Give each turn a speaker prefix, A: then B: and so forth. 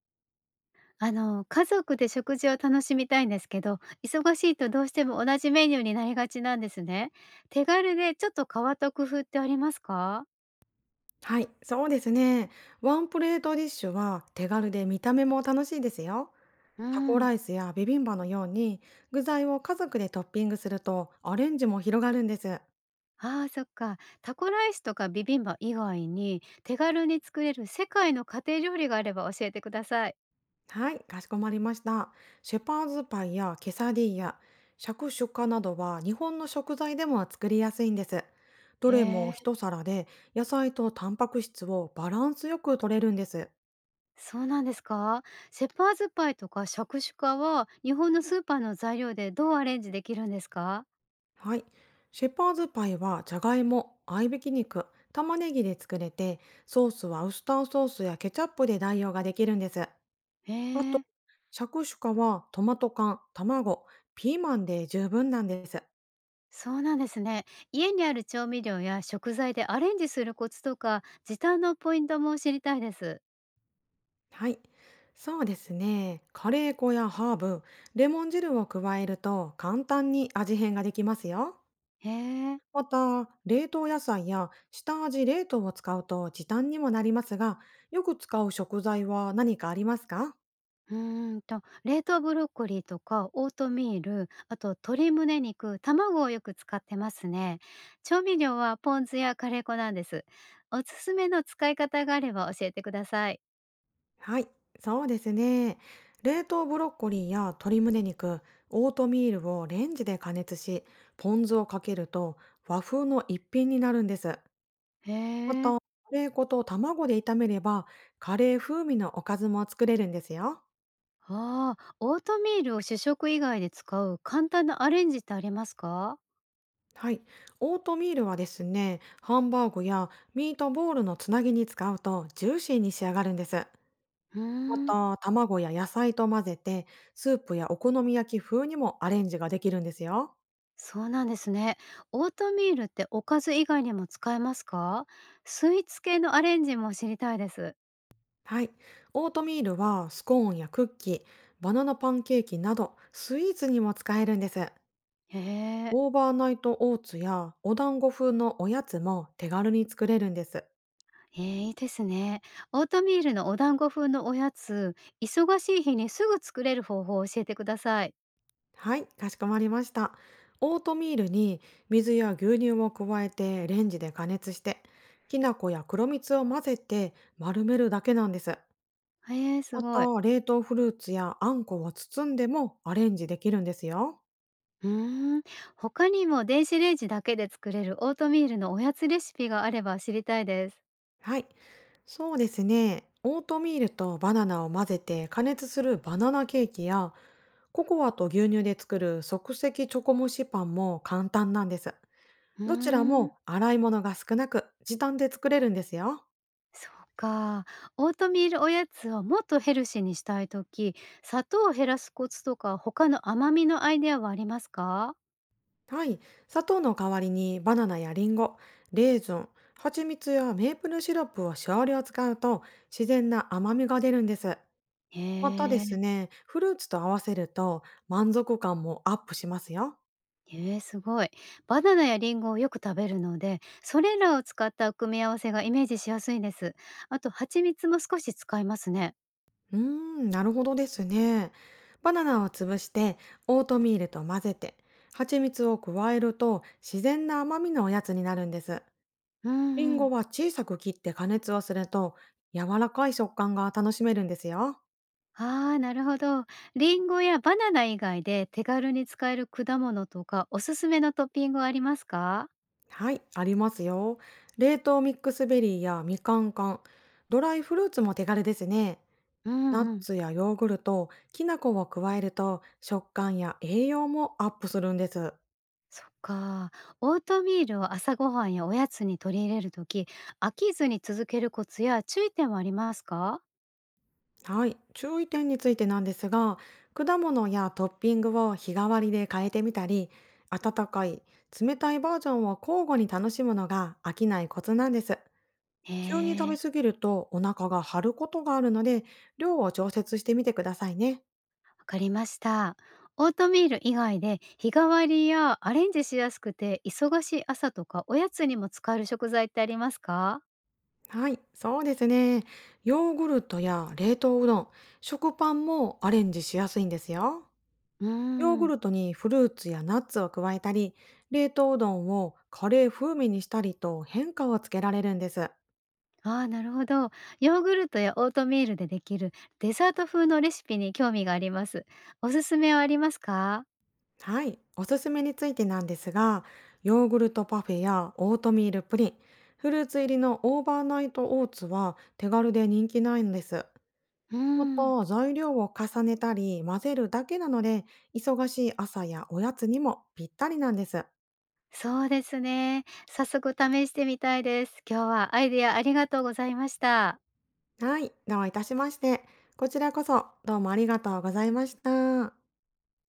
A: 家族で食事を楽しみたいんですけど、忙しいとどうしても同じメニューになりがちなんですね。手軽でちょっと変わった工夫ってありますか？
B: はい、そうですね。ワンプレートディッシュは手軽で見た目も楽しいですよ。
A: う
B: タコ
A: ん。
B: ライスやビビンバのように具材を家族でトッピングするとアレンジも広がるんです。
A: ああー、そっか。タコライスとかビビンバ以外に手軽に作れる世界の家庭料理があれば教えてください。
B: はい、かしこまりました。シェパーズパイやケサディーヤ、シャクシュカなどは日本の食材でも作りやすいんです。どれ
A: へ
B: も
A: え。
B: 一皿で野菜とタンパク質をバランスよく取れるんです。
A: そうなんですか？シェパーズパイとかシャクシュカは日本のスーパーの材料でどうアレンジできるんですか？
B: はい。シェパーズパイはじゃがいも、合いびき肉、玉ねぎで作れて、ソースはウスターソースやケチャップで代用ができるんです。
A: へ
B: あと、
A: え。
B: シャクシュカはトマト缶、卵、ピーマンで十分なんです。
A: そうなんですね。家にある調味料や食材でアレンジするコツとか、時短のポイントも知りたいです。
B: はい。そうですね。カレー粉やハーブ、レモン汁を加えると簡単に味変ができますよ。
A: へえ。
B: また、冷凍野菜や下味冷凍を使うと時短にもなりますが、よく使う食材は何かありますか？
A: 冷凍ブロッコリーとかオートミール、あと鶏胸肉、卵をよく使ってますね。調味料はポン酢やカレー粉なんです。おすすめの使い方があれば教えてください。
B: はい、そうですね。冷凍ブロッコリーや鶏胸肉、オートミールをレンジで加熱し、ポン酢をかけると和風の一品になるんです。
A: へ
B: また、
A: え。
B: カレー粉と卵で炒めれば、カレー風味のおかずも作れるんですよ。
A: ああ、オートミールを主食以外で使う簡単なアレンジってありますか？
B: はい、オートミールはですね、ハンバーグやミートボールのつなぎに使うとジューシーに仕上がるんです。
A: う
B: ま
A: ーん。
B: た、卵や野菜と混ぜて、スープやお好み焼き風にもアレンジができるんですよ。
A: そうなんですね。オートミールっておかず以外にも使えますか？スイーツ系のアレンジも知りたいです。
B: はい。オートミールはスコーンやクッキー、バナナパンケーキなどスイーツにも使えるんです。
A: へえ。
B: オーバーナイトオーツやお団子風のおやつも手軽に作れるんです。
A: えー、いいですね。オートミールのお団子風のおやつ、忙しい日にすぐ作れる方法を教えてください。
B: はい、かしこまりました。オートミールに水や牛乳を加えてレンジで加熱して、きな粉や黒蜜を混ぜて丸めるだけなんです。
A: へえ、す
B: ま
A: ごい。
B: た、冷凍フルーツやあんこを包んでもアレンジできるんですよ。
A: うーん。他にも電子レンジだけで作れるオートミールのおやつレシピがあれば知りたいです。
B: はい。そうですね。オートミールとバナナを混ぜて加熱するバナナケーキや、ココアと牛乳で作る即席チョコ蒸しパンも簡単なんです。
A: う
B: どちら
A: ーん。
B: も洗い物が少なく時短で作れるんですよ。
A: そうか。オートミールおやつをもっとヘルシーにしたいとき、砂糖を減らすコツとか、他の甘みのアイデアはありますか？
B: はい。砂糖の代わりにバナナやリンゴ、レーズン、蜂蜜やメープルシロップを少量使うと自然な甘みが出るんです。
A: へ
B: またです
A: え。
B: ね、フルーツと合わせると満足感もアップしますよ。
A: へえ、すごい。バナナやリンゴをよく食べるので、それらを使った組み合わせがイメージしやすいです。あと、蜂蜜も少し使いますね。
B: うーん、なるほどですね。バナナを潰してオートミールと混ぜて蜂蜜を加えると自然な甘みのおやつになるんです。
A: う
B: リン
A: んう
B: ゴ
A: ん。
B: は小さく切って加熱をすると柔らかい食感が楽しめるんですよ。
A: ああ、なるほど。リンゴやバナナ以外で手軽に使える果物とか、おすすめのトッピングはありますか？
B: はい、ありますよ。冷凍ミックスベリーやみかん缶、ドライフルーツも手軽ですね。
A: うん
B: ナッ
A: うん。
B: ツやヨーグルト、きな粉を加えると食感や栄養もアップするんです。
A: そっか。オートミールを朝ごはんやおやつに取り入れるとき、飽きずに続けるコツや注意点はありますか？
B: はい、注意点についてなんですが、果物やトッピングを日替わりで変えてみたり、温かい、冷たいバージョンを交互に楽しむのが飽きないコツなんです。
A: へ
B: 急に食
A: え、
B: べ過ぎるとお腹が張ることがあるので、量を調節してみてくださいね。
A: わかりました。オートミール以外で日替わりやアレンジしやすくて忙しい朝とかおやつにも使える食材ってありますか？
B: はい、そうですね。ヨーグルトや冷凍うどん、食パンもアレンジしやすいんですよ。
A: う
B: ヨー
A: ー
B: グ
A: ん。
B: ルトにフルーツやナッツを加えたり、冷凍うどんをカレー風味にしたりと変化をつけられるんです。
A: ああ、なるほど。ヨーグルトやオートミールでできるデザート風のレシピに興味があります。おすすめはありますか？
B: はい。おすすめについてなんですが、ヨーグルトパフェやオートミールプリン、フルーツ入りのオーバーナイトオーツは手軽で人気ないんです。
A: うー
B: ま
A: ん。
B: た、材料を重ねたり混ぜるだけなので、忙しい朝やおやつにもぴったりなんです。
A: そうですね。早速試してみたいです。今日はアイデアありがとうございました。
B: はい。どういたしまして。こちらこそどうもありがとうございました。